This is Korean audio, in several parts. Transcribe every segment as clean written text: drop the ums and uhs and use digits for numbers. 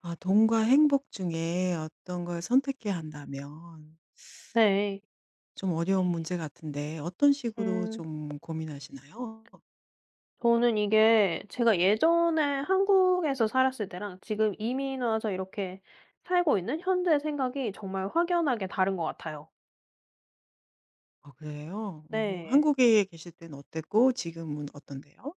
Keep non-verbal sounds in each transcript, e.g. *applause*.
아, 돈과 행복 중에 어떤 걸 선택해야 한다면 네. 좀 어려운 문제 같은데 어떤 식으로 음 좀 고민하시나요? 저는 이게 제가 예전에 한국에서 살았을 때랑 지금 이민 와서 이렇게 살고 있는 현재 생각이 정말 확연하게 다른 것 같아요. 어, 그래요? 음. 네. 한국에 계실 때는 어땠고 지금은 어떤데요?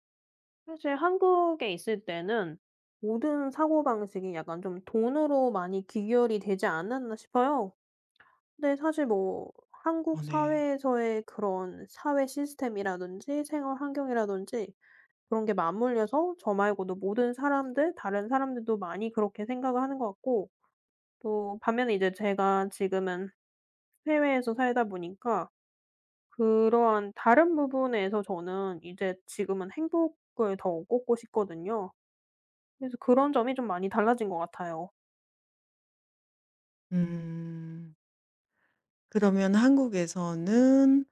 사실 한국에 있을 때는 모든 사고방식이 약간 좀 돈으로 많이 귀결이 되지 않았나 싶어요. 근데 사실 뭐 어, 한국 네. 사회에서의 그런 사회 시스템이라든지 생활 환경이라든지 그런 게 맞물려서 저 말고도 모든 사람들 다른 사람들도 많이 그렇게 생각을 하는 것 같고, 또 반면에 이제 제가 지금은 해외에서 살다 보니까 그러한 다른 부분에서 저는 이제 지금은 행복을 더 꼽고 싶거든요. 그래서 그런 점이 좀 많이 달라진 것 같아요. 음. 그러면 한국에서는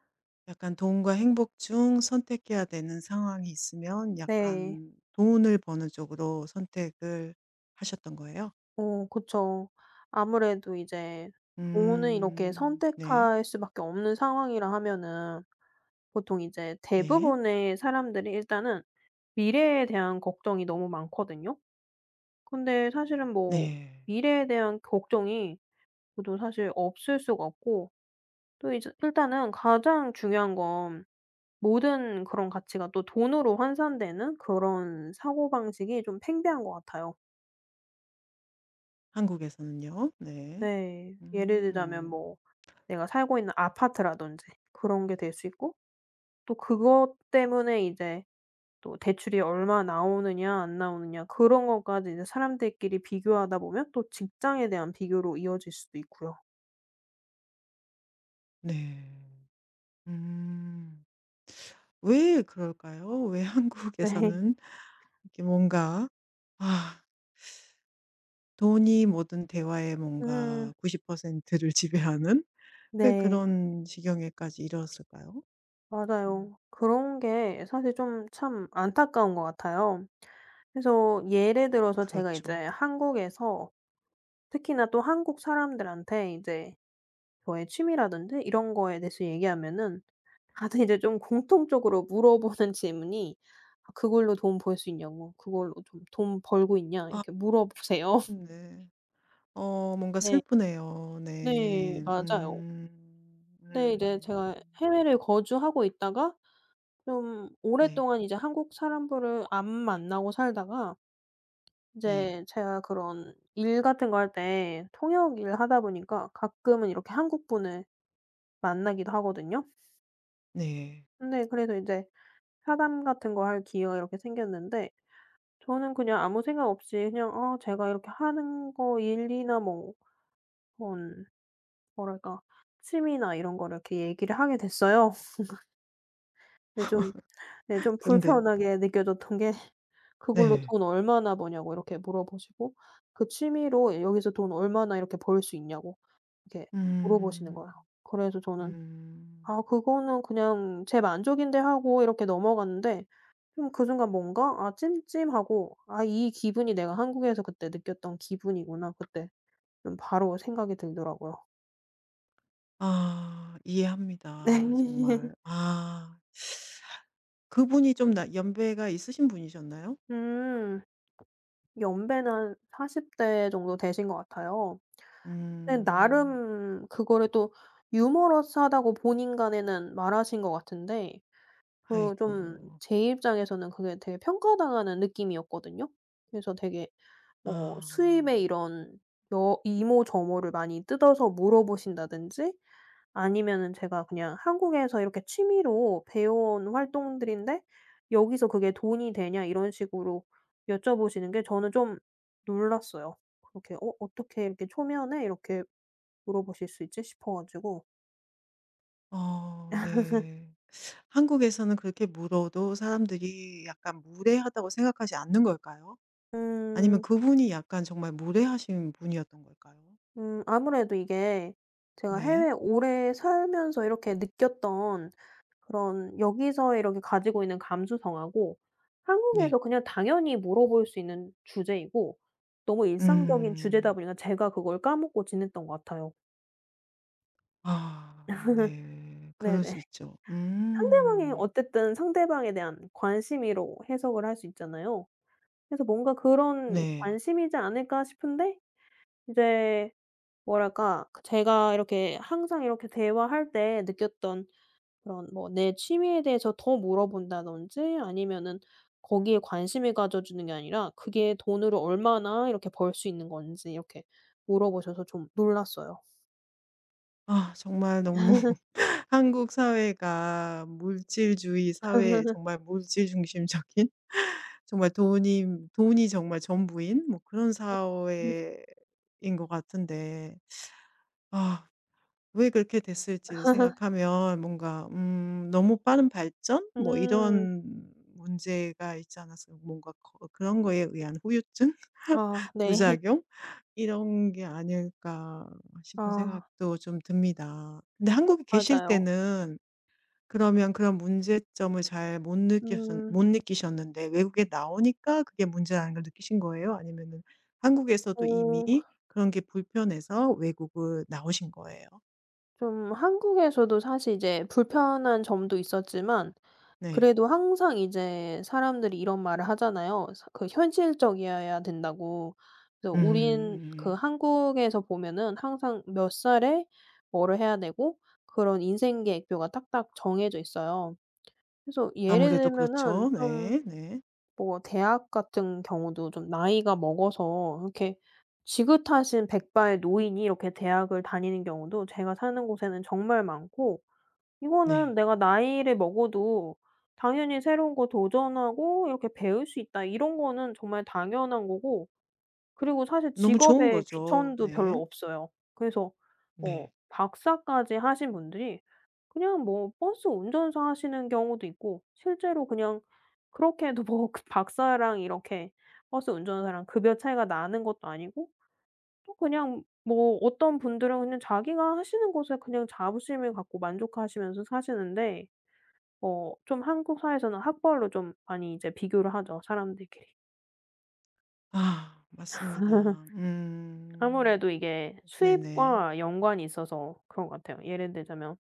약간 돈과 행복 중 선택해야 되는 상황이 있으면 네. 약간 돈을 버는 쪽으로 선택을 하셨던 거예요? 어 그쵸. 아무래도 이제 돈을 이렇게 음. 네. 선택할 수밖에 없는 상황이라 하면은 보통 이제 네. 대부분의 사람들이 일단은 미래에 대한 걱정이 너무 많거든요. 근데 사실은 뭐 네. 미래에 대한 걱정이 저도 사실 없을 수가 없고, 또 이제 일단은 가장 중요한 건 모든 그런 가치가 또 돈으로 환산되는 그런 사고방식이 좀 팽배한 것 같아요. 한국에서는요. 네. 네. 예를 들자면 뭐 음. 내가 살고 있는 아파트라든지 그런 게 될 수 있고, 또 그것 때문에 이제 또 대출이 얼마 나오느냐 안 나오느냐 그런 것까지 이제 사람들끼리 비교하다 보면 또 직장에 대한 비교로 이어질 수도 있고요. 네. 음. 왜 그럴까요? 왜 *laughs* 네. *laughs* 한국에서는 이렇게 뭔가 아 돈이 모든 대화의 뭔가 음. 90%를 지배하는, 왜 네. 그런 지경에까지 이르렀을까요? 음. 맞아요. 그런 게 사실 좀 참 안타까운 것 같아요. 그래서 예를 들어서 제가 이제 그렇죠. 한국에서 특히나 또 한국 사람들한테 이제 저의 취미라든지 이런 거에 대해서 얘기하면은 다들 이제 좀 공통적으로 물어보는 질문이 "아 그걸로 돈 벌 수 있냐."고 "그걸로 좀 돈 벌고 있냐." 아 이렇게 물어보세요. *laughs* 네. 어 뭔가 네. 슬프네요. 네. 네. 맞아요. 음. 근데 이제 제가 음. 해외를 거주하고 있다가 좀 네. 오랫동안 이제 한국 사람들을 안 만나고 살다가, 네. 이제 제가 그런 일 같은 거 할 때 통역 일을 하다 보니까 가끔은 이렇게 한국 분을 만나기도 하거든요. 네. 근데 그래서 이제 차담 같은 거 할 기회가 이렇게 생겼는데, 저는 그냥 아무 생각 없이 그냥 제가 이렇게 하는 거 일이나 뭐 그런, 뭐랄까 취미나 이런 거를 이렇게 얘기를 하게 됐어요. 근데 좀, *laughs* 네, 좀 그런데요. 불편하게 느껴졌던 게 그걸로 네. "돈 얼마나 버냐."고 이렇게 물어보시고, 그 취미로 "여기서 돈 얼마나 이렇게 벌 수 있냐."고 이렇게 물어보시는 거예요. 음. 그래서 저는 음. '아 그거는 그냥 제 만족인데.' 하고 이렇게 넘어갔는데, 그럼 그 순간 뭔가 '아 찜찜하고, 아 이 기분이 내가 한국에서 그때 느꼈던 기분이구나.' 그때 좀 바로 생각이 들더라고요. 아, *laughs* 네. 이해합니다 정말. 아 그분이 좀 나 연배가 있으신 분이셨나요? 음. 연배는 한 40대 정도 되신 것 같아요. 근데 음. 나름 그거를 또 유머러스하다고 본인 간에는 말하신 것 같은데, 그 좀 아이고. 제 입장에서는 그게 되게 평가당하는 느낌이었거든요. 그래서 되게 뭐 아. 수입의 이런 여 이모저모를 많이 뜯어서 물어보신다든지, 아니면은 제가 그냥 한국에서 이렇게 취미로 배워온 활동들인데 "여기서 그게 돈이 되냐?" 이런 식으로 여쭤보시는 게 저는 좀 놀랐어요. 그렇게 '어 어떻게 이렇게 초면에 이렇게 물어보실 수 있지?' 싶어 가지고. 어, 네. 한국에서는 그렇게 물어도 사람들이 약간 무례하다고 생각하지 않는 걸까요? 아니면 음. 그분이 약간 정말 무례하신 분이었던 걸까요? 아무래도 이게 제가 네. 해외에 오래 살면서 이렇게 느꼈던 그런, 여기서 이렇게 가지고 있는 감수성하고, 네. 한국에서 그냥 당연히 물어볼 수 있는 주제이고 너무 일상적인 음. 주제다 보니까 제가 그걸 까먹고 지냈던 것 같아요. 아 네, 그럴 네네. 수 *laughs* 있죠. 상대방이, 음. 어쨌든 상대방에 대한 관심이로 해석을 할 수 있잖아요. 그래서 뭔가 그런 네. 관심이지 않을까 싶은데, 이제 뭐랄까, 그 제가 이렇게 항상 이렇게 대화할 때 느꼈던 그런 뭐 내 취미에 대해서 더 물어본다든지, 아니면은 거기에 관심을 가져주는 게 아니라 그게 돈으로 얼마나 이렇게 벌 수 있는 건지 이렇게 물어보셔서 좀 놀랐어요. 아 정말 너무 *laughs* 한국 사회가 물질주의 사회, 정말 물질 중심적인 *laughs* 정말 돈이 정말 전부인 뭐 그런 음. 사회인 것 같은데, 아 왜 그렇게 됐을지를 생각하면 뭔가 '너무 빠른 발전?' 뭐 음. 이런 문제가 있지 않았을까. 뭔가 거 그런 거에 의한 후유증? *laughs* 아 네. *laughs* 부작용? 이런 게 아닐까 싶은 아 생각도 좀 듭니다. 근데 한국에 계실 맞아요. 때는 그러면 그런 문제점을 잘 못 느끼셨 음. 못 느끼셨는데 외국에 나오니까 그게 문제라는 걸 느끼신 거예요? 아니면은 한국에서도 어. 이미 그런 게 불편해서 외국을 나오신 거예요? 좀 한국에서도 사실 이제 불편한 점도 있었지만, 네. 그래도 항상 이제 사람들이 이런 말을 하잖아요. 사 그 현실적이어야 된다고. 그래서 우린 그 음. 한국에서 보면은 항상 몇 살에 뭐를 해야 되고 그런 인생 계획표가 딱딱 정해져 있어요. 그래서 예를 아무래도 들면은 그렇죠. 좀 네. 네. 뭐 대학 같은 경우도, 좀 나이가 먹어서 이렇게 지긋하신 백발 노인이 이렇게 대학을 다니는 경우도 제가 사는 곳에는 정말 많고, 이거는 네. '내가 나이를 먹어도 당연히 새로운 거 도전하고 이렇게 배울 수 있다.' 이런 거는 정말 당연한 거고, 그리고 사실 너무 좋은 직업에 거죠. 귀천도 네. 별로 없어요. 그래서 네. 뭐 박사까지 하신 분들이 그냥 뭐 버스 운전사 하시는 경우도 있고, 실제로 그냥 그렇게도 해뭐그 박사랑 이렇게 버스 운전사랑 급여 차이가 나는 것도 아니고, 또 그냥 뭐 어떤 분들은 그냥 자기가 하시는 것에 그냥 자부심을 갖고 만족하시면서 사시는데, 좀 한국 사회에서는 학벌로 좀 많이 이제 비교를 하죠, 사람들끼리. 아 맞습니다. 음. 아무래도 이게 네네. 수입과 연관이 있어서 그런 것 같아요. 예를 들자면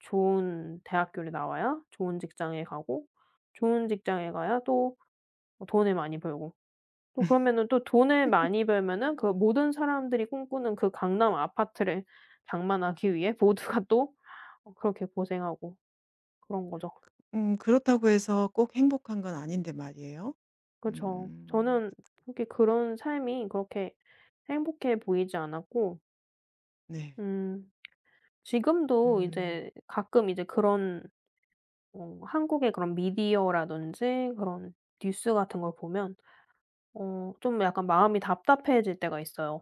좋은 대학교를 나와야 좋은 직장에 가고, 좋은 직장에 가야 또 돈을 많이 벌고, 또 그러면은 또 돈을 많이 벌면은 그 *laughs* 모든 사람들이 꿈꾸는 그 강남 아파트를 장만하기 위해 모두가 또 그렇게 고생하고 그런 거죠. 그렇다고 해서 꼭 행복한 건 아닌데 말이에요. 그쵸. 음 저는 그렇게, 그런 삶이 그렇게 행복해 보이지 않았고, 네. 음 지금도 음. 이제 가끔 이제 그런, 한국의 그런 미디어라든지 그런 뉴스 같은 걸 보면 좀 약간 마음이 답답해질 때가 있어요.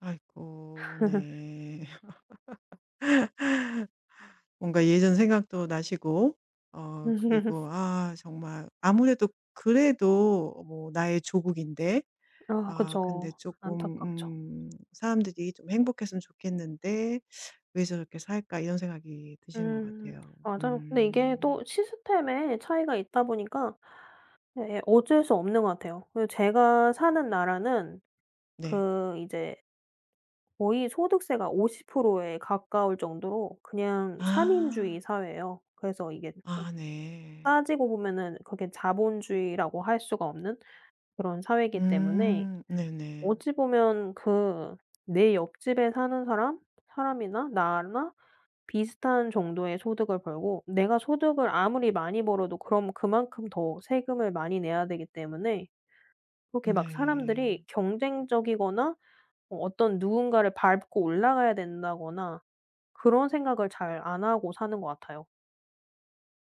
아이고 네. *laughs* 뭔가 예전 생각도 나시고, 어 그리고 *laughs* 아 정말 아무래도 그래도 뭐 나의 조국인데, 아 아 근데 그쵸. 조금 안타깝죠. '사람들이 좀 행복했으면 좋겠는데 왜 저렇게 살까?' 이런 생각이 드시는 것 음 같아요. 맞아요. 근데 이게 음. 또 시스템의 차이가 있다 보니까 예 어쩔 수 없는 것 같아요. 그 제가 사는 나라는, 네. 그 이제 거의 소득세가 50%에 가까울 정도로 그냥 아. 삼인주의 사회예요. 그래서 이게 뭐 아 네. 따지고 보면은 그게 자본주의라고 할 수가 없는 그런 사회이기 때문에, 음. 네네. 어찌 보면 그 내 옆집에 사는 사람이나 나나 비슷한 정도의 소득을 벌고, 내가 소득을 아무리 많이 벌어도 그럼 그만큼 더 세금을 많이 내야 되기 때문에 그렇게 막 네. 사람들이 경쟁적이거나, 어떤 누군가를 밟고 올라가야 된다거나 그런 생각을 잘 안 하고 사는 것 같아요.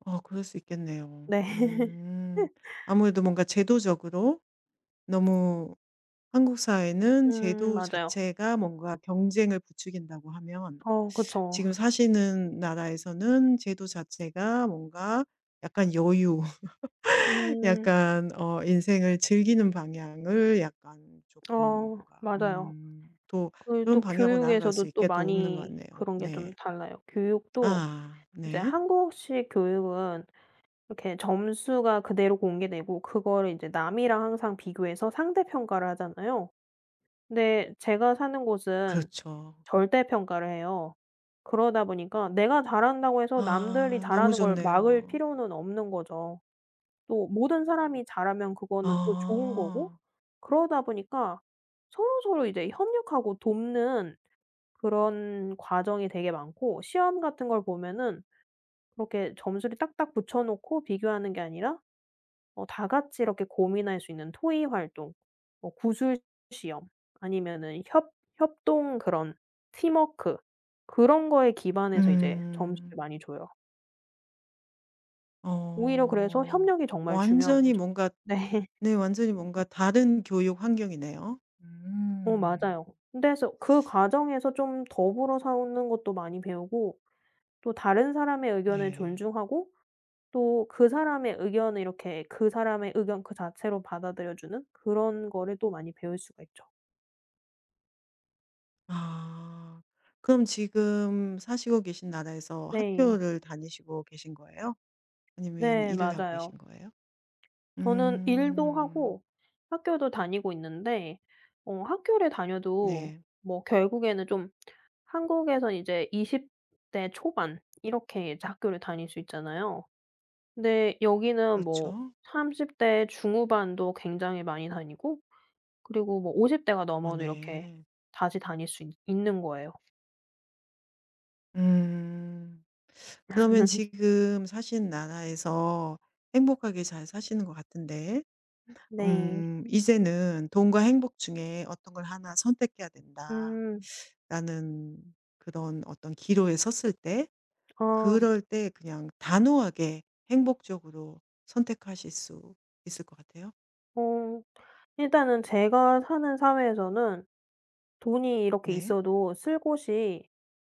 아 그럴 수 있겠네요. 네. 음. *laughs* 아무래도 뭔가 제도적으로 너무, 한국 사회는 제도 맞아요. 자체가 뭔가 경쟁을 부추긴다고 하면 어 그쵸. 지금 사시는 나라에서는 제도 자체가 뭔가 약간 여유 *laughs* 음. 약간 어 인생을 즐기는 방향을 약간 조금 어 뭔가 맞아요. 또 그리고 그런 또 방향으로 나아갈 교육에서도 수 또 있게 도움이 되는것 많이 같네요. 그런 게 네. 좀 달라요. 교육도 아 이제 네. 한국식 교육은 이렇게 점수가 그대로 공개되고 그거를 이제 남이랑 항상 비교해서 상대 평가를 하잖아요. 근데 제가 사는 곳은 그렇죠. 절대 평가를 해요. 그러다 보니까 내가 잘한다고 해서 남들이 아 너무 잘하는 걸 막을 좋네요. 필요는 없는 거죠. 또 모든 사람이 잘하면 그거는 또 좋은 거고, 아. 그러다 보니까 서로서로 이제 협력하고 돕는 그런 과정이 되게 많고, 시험 같은 걸 보면은 그렇게 점수를 딱딱 붙여 놓고 비교하는 게 아니라 다 같이 이렇게 고민할 수 있는 토의 활동, 뭐 구술 시험, 아니면은 협 협동 그런 팀워크, 그런 거에 기반해서 이제 점수를 음. 많이 줘요. 오히려 그래서 어. 협력이 정말 중요한 완전히 거죠. 뭔가 네. *laughs* 네 완전히 뭔가 다른 교육 환경이네요. 어 맞아요. 음. 근데 그래서 그 과정에서 좀 더불어 사는 것도 많이 배우고, 또 다른 사람의 의견을 네. 존중하고, 또 그 사람의 의견을 이렇게 그 사람의 의견 그 자체로 받아들여 주는 그런 거를 또 많이 배울 수가 있죠. 아. 그럼 지금 사시고 계신 나라에서 네. 학교를 다니시고 계신 거예요? 아니면 네 일을 하고 맞아요. 계신 거예요? 저는 일도 음. 하고 학교도 다니고 있는데, 학교를 다녀도 네. 뭐 결국에는 좀, 한국에선 이제 20대 초반 이렇게 이제 학교를 다닐 수 있잖아요. 근데 여기는 뭐 그렇죠. 30대 중후반도 굉장히 많이 다니고, 그리고 뭐 50 대가 어 넘어도 이렇게 네. 다시 다닐 수 있 있는 거예요. 음. 그러면 지금 사시는 나라에서 행복하게 잘 사시는 것 같은데, 네. 이제는 돈과 행복 중에 어떤 걸 하나 선택해야 된다라는 음. 그런 어떤 기로에 섰을 때, 아. 그럴 때 그냥 단호하게 행복적으로 선택하실 수 있을 것 같아요. 어 일단은 제가 사는 사회에서는 돈이 이렇게 네. 있어도 쓸 곳이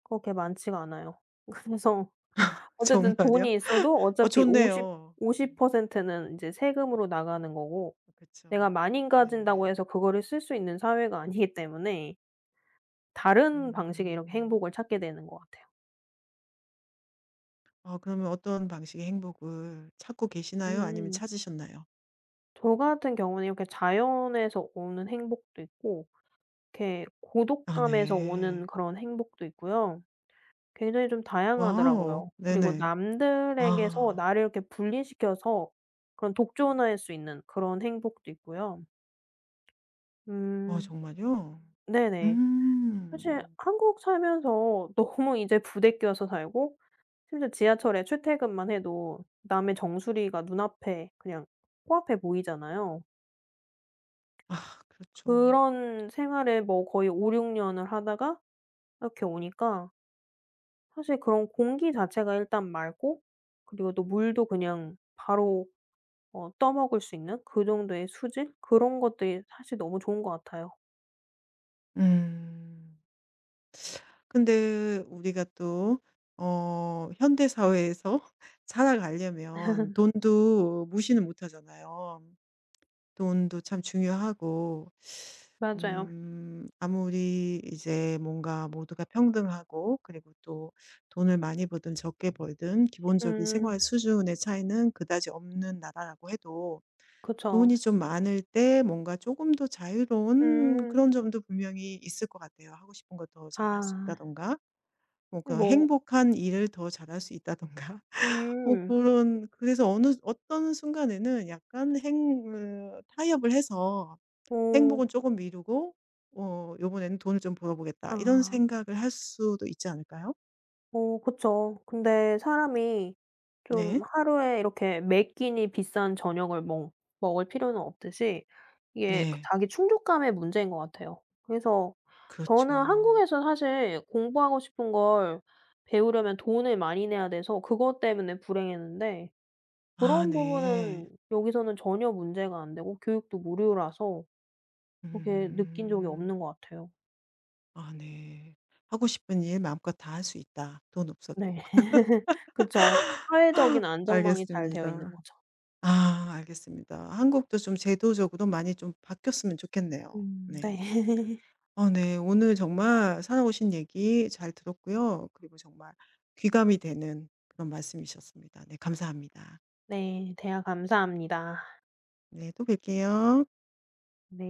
그렇게 많지가 않아요. *laughs* 그래서 *laughs* 어쨌든 정말요? 돈이 있어도 어, 어차피 50 좋네요. 센트 는 인제 세금으로 나가는 거고, 내가 그렇죠. 많이 네네. 가진다고 해서 그거를 쓸 수 있는 사회가 아니기 때문에 다른 방식의 이렇게 음. 행복을 찾게 되는 것 같아요. 어, 그러면 어떤 방식의 행복을 찾고 계시나요? 아니면 음. 찾으셨나요? 저 같은 경우는 이렇게 자연에서 오는 행복도 있고, 이렇게 아 고독감에서 오는 네. 그런 행복도 있고요. 굉장히 좀 와우. 다양하더라고요. 그리고 네네. 남들에게서 아. 나를 이렇게 분리시켜서 그런 독존할 수 있는 그런 행복도 있고요. 어 음 정말요? 네네. 사실 음. 한국 살면서 *laughs* 너무 이제 부대껴서 살고, 심지어 지하철에 출퇴근만 해도 남의 정수리가 눈앞에, 그냥 코앞에 보이잖아요. 아 그렇죠. 그런 생활을 뭐 거의 5-6 년을 하다가 이렇게 오니까 사실 그런 공기 자체가 일단 맑고, 그리고 또 물도 그냥 바로 떠먹을 수 있는 그 정도의 수질, 그런 것들이 사실 너무 좋은 것 같아요. 음. 근데 우리가 또 어 현대 사회에서 *laughs* 살아가려면 돈도 무시는 못 하잖아요. 돈도 참 중요하고 맞아요. 아무리 이제 뭔가 모두가 평등하고 그리고 또 돈을 많이 벌든 적게 벌든 기본적인 음 생활 수준의 차이는 그다지 없는 나라라고 해도 그쵸. 돈이 좀 많을 때 뭔가 조금 더 자유로운 음. 그런 점도 분명히 있을 것 같아요. 하고 싶은 거 더 잘할 수 아 있다든가 뭐 그런 뭐 행복한 일을 더 잘할 수 있다든가 *laughs* 뭐 그 음. 런 그래서 어느 어떤 순간에는 약간 행 으 타협을 해서 오 행복은 조금 미루고 어 '요번에는 돈을 좀 벌어 보겠다.' 이런 아. 생각을 할 수도 있지 않을까요? 어 그쵸. 근데 사람이 네. 좀 하루에 이렇게 매 끼니 비싼 저녁을 먹 먹을 필요는 없듯이, 이게 그 네. 자기 충족감의 문제인 것 같아요. 그래서 저는 그렇죠. 한국에서 사실 공부하고 싶은 걸 배우려면 돈을 많이 내야 돼서 그것 때문에 불행했는데, 아 그런 네. 부분은 여기서는 전혀 문제가 안 되고 교육도 무료라서 그렇게 느낀 적이 음. 없는 것 같아요. 아 네. '하고 싶은 일 마음껏 다 할 수 있다, 돈 네. 없어도.' *laughs* 그쵸. 사회적인 안정망이 잘 되어 있는 알겠습니다. 거죠. 아 알겠습니다. 한국도 좀 제도적으로 많이 좀 바뀌었으면 좋겠네요. 네. 네. *laughs* 어 네. 오늘 정말 살아오신 얘기 잘 들었고요. 그리고 정말 귀감이 되는 그런 말씀이셨습니다. 네 감사합니다. 네. 대화 감사합니다. 네. 또 뵐게요. 네.